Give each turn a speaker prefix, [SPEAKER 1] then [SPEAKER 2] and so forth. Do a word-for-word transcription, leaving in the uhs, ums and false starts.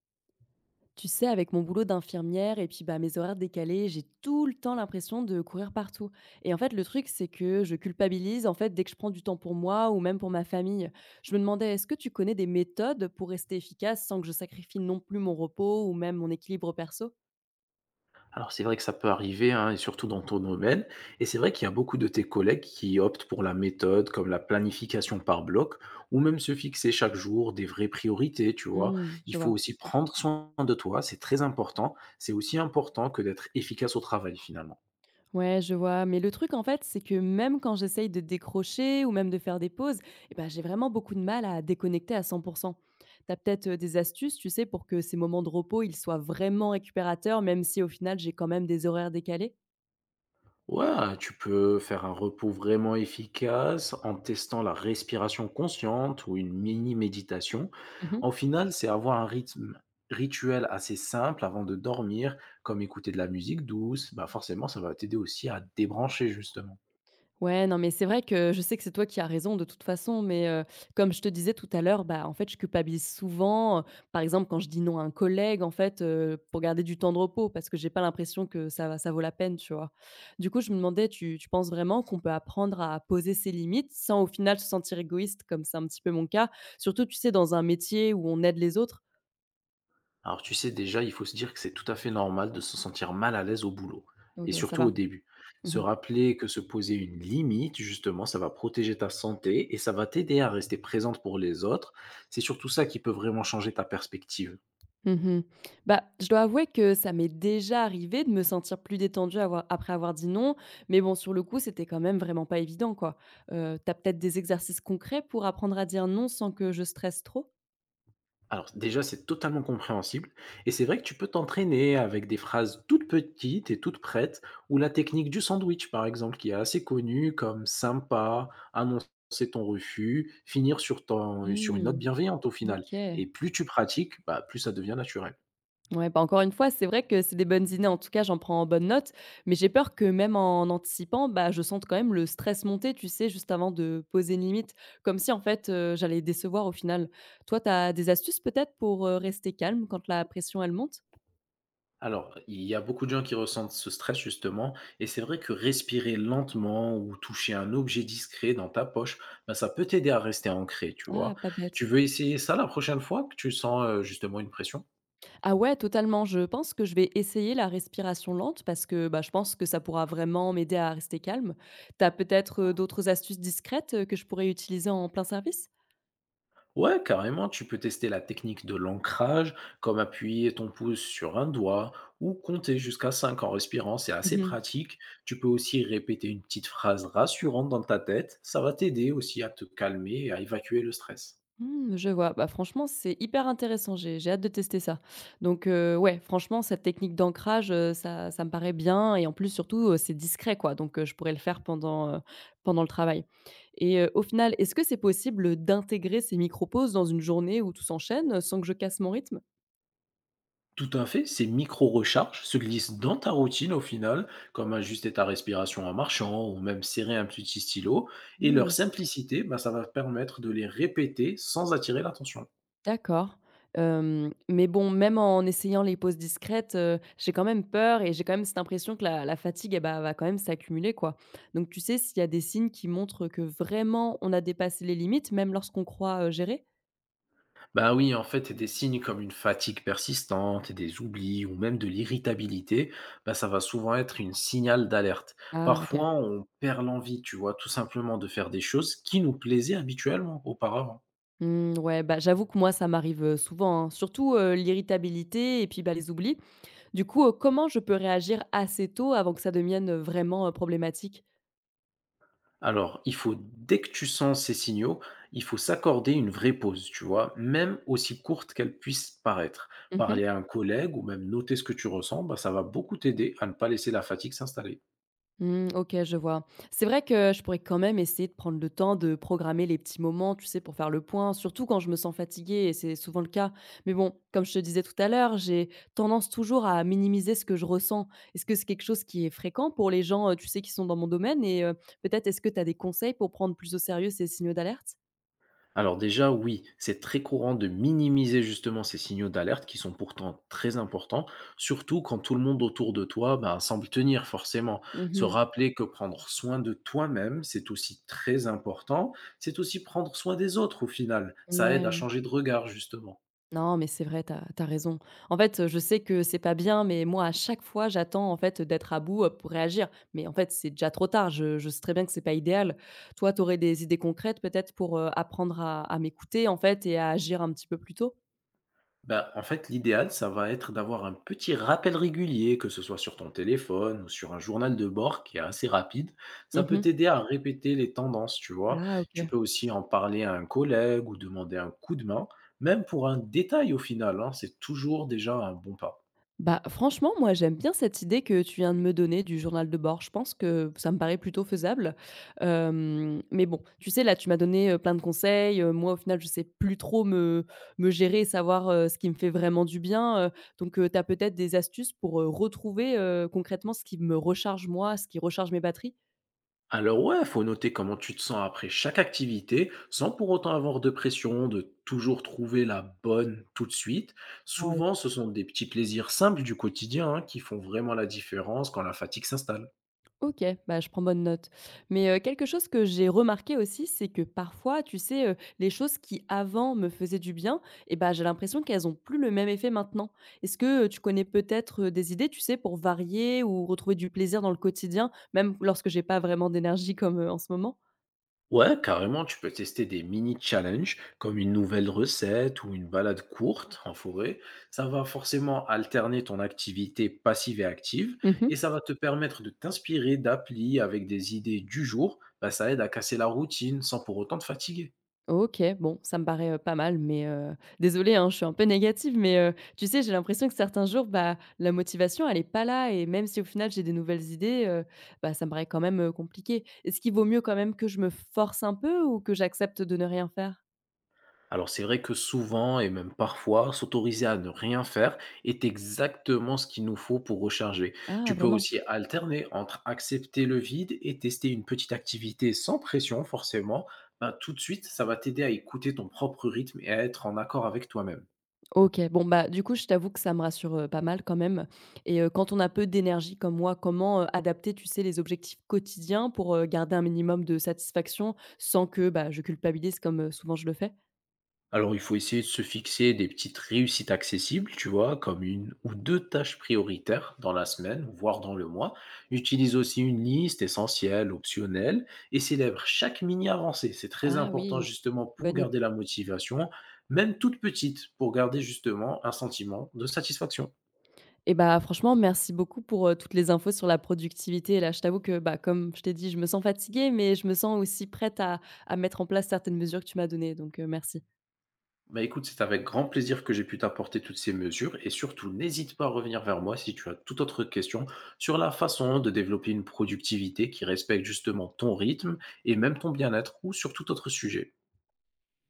[SPEAKER 1] Tu sais, avec mon boulot d'infirmière et puis bah, mes horaires décalés, j'ai tout le temps l'impression de courir partout. Et en fait, le truc, c'est que je culpabilise en fait dès que je prends du temps pour moi ou même pour ma famille. Je me demandais, est-ce que tu connais des méthodes pour rester efficace sans que je sacrifie non plus mon repos ou même mon équilibre perso.
[SPEAKER 2] Alors c'est vrai que ça peut arriver, hein, et surtout dans ton domaine. Et c'est vrai qu'il y a beaucoup de tes collègues qui optent pour la méthode comme la planification par bloc, ou même se fixer chaque jour des vraies priorités, tu vois.
[SPEAKER 1] Hmm,
[SPEAKER 2] Il
[SPEAKER 1] je
[SPEAKER 2] faut
[SPEAKER 1] vois.
[SPEAKER 2] aussi prendre soin de toi, c'est très important. C'est aussi important que d'être efficace au travail finalement.
[SPEAKER 1] Ouais, je vois. Mais le truc, en fait, c'est que même quand j'essaye de décrocher ou même de faire des pauses, eh ben, j'ai vraiment beaucoup de mal à déconnecter à cent pour cent. Tu as peut-être euh, des astuces, tu sais, pour que ces moments de repos, ils soient vraiment récupérateurs, même si au final, j'ai quand même des horaires décalés?
[SPEAKER 2] Ouais, tu peux faire un repos vraiment efficace en testant la respiration consciente ou une mini-méditation. En final, c'est avoir un rythme rituel assez simple avant de dormir, comme écouter de la musique douce. Bah forcément, ça va t'aider aussi à te débrancher, justement.
[SPEAKER 1] Ouais, non, mais c'est vrai que je sais que c'est toi qui as raison de toute façon, mais heu, comme je te disais tout à l'heure, bah, en fait, je culpabilise souvent, heu, par exemple, quand je dis non à un collègue, en fait, heu, pour garder du temps de repos parce que j'ai pas l'impression que ça va ça vaut la peine, tu vois? Du coup, je me demandais, tu tu penses vraiment qu'on peut apprendre à poser ses limites sans au final se sentir égoïste comme c'est un petit peu mon cas? Surtout, tu sais, dans un métier où on aide les autres?
[SPEAKER 2] Alors tu sais, déjà, il faut se dire que c'est tout à fait normal de se sentir mal à l'aise au boulot, et
[SPEAKER 1] OK, ça
[SPEAKER 2] surtout au
[SPEAKER 1] va.
[SPEAKER 2] début. Se
[SPEAKER 1] Mmh.
[SPEAKER 2] rappeler que se poser une limite, justement, ça va protéger ta santé et ça va t'aider à rester présente pour les autres. C'est surtout ça qui peut vraiment changer ta perspective.
[SPEAKER 1] Mmh. Bah, je dois avouer que ça m'est déjà arrivé de me sentir plus détendue avoir après avoir dit «non», mais bon, sur le coup, c'était quand même vraiment pas évident, quoi. Heu, tu peut-être des exercices concrets pour apprendre à dire «non» sans que je stresse trop?
[SPEAKER 2] Alors déjà, c'est totalement compréhensible et c'est vrai que tu peux t'entraîner avec des phrases toutes petites et toutes prêtes ou la technique du sandwich par exemple qui est assez connue comme sympa, annoncer ton refus, finir sur ton sur une note
[SPEAKER 1] Mmh.
[SPEAKER 2] bienveillante au final et
[SPEAKER 1] OK.
[SPEAKER 2] plus tu pratiques, bah, plus ça devient naturel.
[SPEAKER 1] Ouais, bah, encore une fois, c'est vrai que c'est des bonnes idées. En tout cas, j'en prends en bonne note, mais j'ai peur que même en anticipant, bah, je sente quand même le stress monter, tu sais, juste avant de poser une limite. Comme si, en fait, heu, j'allais décevoir au final. Toi, tu as des astuces peut-être pour, heu, rester calme quand la pression, elle monte?
[SPEAKER 2] Alors, il y a beaucoup de gens qui ressentent ce stress justement, et c'est vrai que respirer lentement ou toucher un objet discret dans ta poche, ben, ça peut t'aider à rester ancré, tu vois.
[SPEAKER 1] Ah, pas
[SPEAKER 2] Tu
[SPEAKER 1] bête.
[SPEAKER 2] veux essayer ça la prochaine fois que tu sens euh, justement une pression?
[SPEAKER 1] Ah ouais, totalement. Je pense que je vais essayer la respiration lente parce que bah, je pense que ça pourra vraiment m'aider à rester calme. T'as peut-être euh, d'autres astuces discrètes euh, que je pourrais utiliser en plein service?
[SPEAKER 2] Ouais, carrément, tu peux tester la technique de l'ancrage, comme appuyer ton pouce sur un doigt ou compter jusqu'à cinq en respirant, c'est assez
[SPEAKER 1] Mhm.
[SPEAKER 2] pratique. Tu peux aussi répéter une petite phrase rassurante dans ta tête, ça va t'aider aussi à te calmer et à évacuer le stress.
[SPEAKER 1] Hmm, je vois. Bah, franchement, c'est hyper intéressant. J'ai, j'ai hâte de tester ça. Donc, euh, ouais, franchement, cette technique d'ancrage, euh, ça, ça me paraît bien. Et en plus, surtout, euh, c'est discret, quoi. Donc, euh, je pourrais le faire pendant, euh, pendant le travail. Et euh, au final, est-ce que c'est possible d'intégrer ces micro-pauses dans une journée où tout s'enchaîne euh, sans que je casse mon rythme?
[SPEAKER 2] Tout à fait, ces micro-recharges se glissent dans ta routine au final, comme ajuster ta respiration en marchant ou même serrer un petit stylo. Et leur
[SPEAKER 1] Mmh,
[SPEAKER 2] simplicité, bah, ça va permettre de les répéter sans attirer l'attention.
[SPEAKER 1] d'accord. Hem, mais bon, même en essayant les pauses discrètes, heu, j'ai quand même peur et j'ai quand même cette impression que la la fatigue et bah, va quand même s'accumuler, quoi. Donc tu sais s'il y a des signes qui montrent que vraiment on a dépassé les limites, même lorsqu'on croit, heu, gérer?
[SPEAKER 2] Bah oui, en fait, des signes comme une fatigue persistante, des oublis ou même de l'irritabilité, bah, ça va souvent être une signal d'alerte.
[SPEAKER 1] Ah OK.
[SPEAKER 2] Parfois, on perd l'envie, tu vois, tout simplement de faire des choses qui nous plaisaient habituellement auparavant.
[SPEAKER 1] Mmh, ouais, bah, j'avoue que moi ça m'arrive, heu, souvent, hein, surtout, heu, l'irritabilité et puis, bah, les oublis. Du coup, heu, comment je peux réagir assez tôt avant que ça devienne, heu, vraiment, heu, problématique?
[SPEAKER 2] Alors, il faut, dès que tu sens ces signaux, il faut s'accorder une vraie pause, tu vois, même aussi courte qu'elle puisse paraître.
[SPEAKER 1] Mmh mh.
[SPEAKER 2] Parler à un collègue ou même noter ce que tu ressens, bah, ça va beaucoup t'aider à ne pas laisser la fatigue s'installer.
[SPEAKER 1] Mmh, OK, je vois. C'est vrai que je pourrais quand même essayer de prendre le temps de programmer les petits moments, tu sais, pour faire le point, surtout quand je me sens fatiguée, et c'est souvent le cas. Mais bon, comme je te disais tout à l'heure, j'ai tendance toujours à minimiser ce que je ressens. Est-ce que c'est quelque chose qui est fréquent pour les gens, heu, tu sais, qui sont dans mon domaine et heu, peut-être est-ce que tu as des conseils pour prendre plus au sérieux ces signaux d'alerte?
[SPEAKER 2] Alors déjà, oui, c'est très courant de minimiser justement ces signaux d'alerte qui sont pourtant très importants, surtout quand tout le monde autour de toi bah, semble tenir forcément. Se
[SPEAKER 1] Mmh.
[SPEAKER 2] rappeler que prendre soin de toi-même, c'est aussi très important, c'est aussi prendre soin des autres au final. Ça aide à
[SPEAKER 1] Ouais.
[SPEAKER 2] changer de regard justement.
[SPEAKER 1] Non, mais c'est vrai, t'as t'as raison. En fait, je sais que c'est pas bien, mais moi, à chaque fois, j'attends, en fait, d'être à bout, heu, pour réagir. Mais en fait, c'est déjà trop tard. Je je sais très bien que c'est pas idéal. Toi, t'aurais des idées concrètes peut-être pour, heu, apprendre à à m'écouter, en fait, et à agir un petit peu plus tôt?
[SPEAKER 2] Bah, en fait, l'idéal, ça va être d'avoir un petit rappel régulier, que ce soit sur ton téléphone ou sur un journal de bord qui est assez rapide. Ça peut
[SPEAKER 1] Mmh.
[SPEAKER 2] t'aider à répéter les tendances, tu vois.
[SPEAKER 1] Ah
[SPEAKER 2] Tu
[SPEAKER 1] OK.
[SPEAKER 2] peux aussi en parler à un collègue ou demander un coup de main, même pour un détail au final, hein, c'est toujours déjà un bon pas.
[SPEAKER 1] Bah, franchement, moi, j'aime bien cette idée que tu viens de me donner du journal de bord. Je pense que ça me paraît plutôt faisable. Hem, mais bon, tu sais, là, tu m'as donné, heu, plein de conseils. Heu, moi, au final, je sais plus trop me me gérer et savoir, heu, ce qui me fait vraiment du bien, heu, donc heu, tu as peut-être des astuces pour, heu, retrouver, heu, concrètement ce qui me recharge moi, ce qui recharge mes batteries?
[SPEAKER 2] Alors ouais, faut noter comment tu te sens après chaque activité, sans pour autant avoir de pression, de toujours trouver la bonne tout de suite. Souvent, ce sont des petits plaisirs simples du quotidien hein, qui font vraiment la différence quand la fatigue s'installe.
[SPEAKER 1] OK, bah, je prends bonne note. Mais, heu, quelque chose que j'ai remarqué aussi, c'est que parfois, tu sais, heu, les choses qui avant me faisaient du bien et bah, j'ai l'impression qu'elles ont plus le même effet maintenant. Est-ce que, heu, tu connais peut-être, heu, des idées, tu sais, pour varier ou retrouver du plaisir dans le quotidien, même lorsque j'ai pas vraiment d'énergie comme, heu, en ce moment?
[SPEAKER 2] Ouais, carrément, tu peux tester des mini-challenges comme une nouvelle recette ou une balade courte en forêt. Ça va forcément alterner ton activité passive et active
[SPEAKER 1] Mmh.
[SPEAKER 2] et ça va te permettre de t'inspirer d'applis avec des idées du jour. Bah, ça aide à casser la routine sans pour autant te fatiguer.
[SPEAKER 1] OK, bon, ça me paraît, heu, pas mal, mais heu, désolée, hein, je suis un peu négative, mais heu, tu sais, j'ai l'impression que certains jours, bah, la motivation, elle est pas là et même si au final j'ai des nouvelles idées, heu, bah, ça me paraît quand même, heu, compliqué. Est-ce qu'il vaut mieux quand même que je me force un peu ou que j'accepte de ne rien faire?
[SPEAKER 2] Alors c'est vrai que souvent et même parfois, s'autoriser à ne rien faire est exactement ce qu'il nous faut pour recharger.
[SPEAKER 1] Ah
[SPEAKER 2] Tu peux
[SPEAKER 1] vraiment?
[SPEAKER 2] aussi alterner entre accepter le vide et tester une petite activité sans pression forcément. Ben, tout de suite, ça va t'aider à écouter ton propre rythme et à être en accord avec toi-même.
[SPEAKER 1] OK, bon, bah, du coup, je t'avoue que ça me rassure, heu, pas mal quand même et heu, quand on a peu d'énergie comme moi, comment, heu, adapter, tu sais, les objectifs quotidiens pour, heu, garder un minimum de satisfaction sans que, bah, je culpabilise comme, heu, souvent je le fais?
[SPEAKER 2] Alors, il faut essayer de se fixer des petites réussites accessibles, tu vois, comme une ou deux tâches prioritaires dans la semaine, voire dans le mois. Utilise aussi une liste essentielle, optionnelle, et célèbre chaque mini avancée. C'est très
[SPEAKER 1] Ah
[SPEAKER 2] important
[SPEAKER 1] oui.
[SPEAKER 2] justement pour
[SPEAKER 1] Bonne i
[SPEAKER 2] garder la motivation, même toute petite, pour garder justement un sentiment de satisfaction.
[SPEAKER 1] et bah, franchement, merci beaucoup pour, heu, toutes les infos sur la productivité. Là, je t'avoue que, bah, comme je t'ai dit, je me sens fatiguée, mais je me sens aussi prête à à mettre en place certaines mesures que tu m'as données, donc heu, merci.
[SPEAKER 2] Bah écoute, c'est avec grand plaisir que j'ai pu t'apporter toutes ces mesures et surtout n'hésite pas à revenir vers moi si tu as toute autre question sur la façon de développer une productivité qui respecte justement ton rythme et même ton bien-être ou sur tout autre sujet.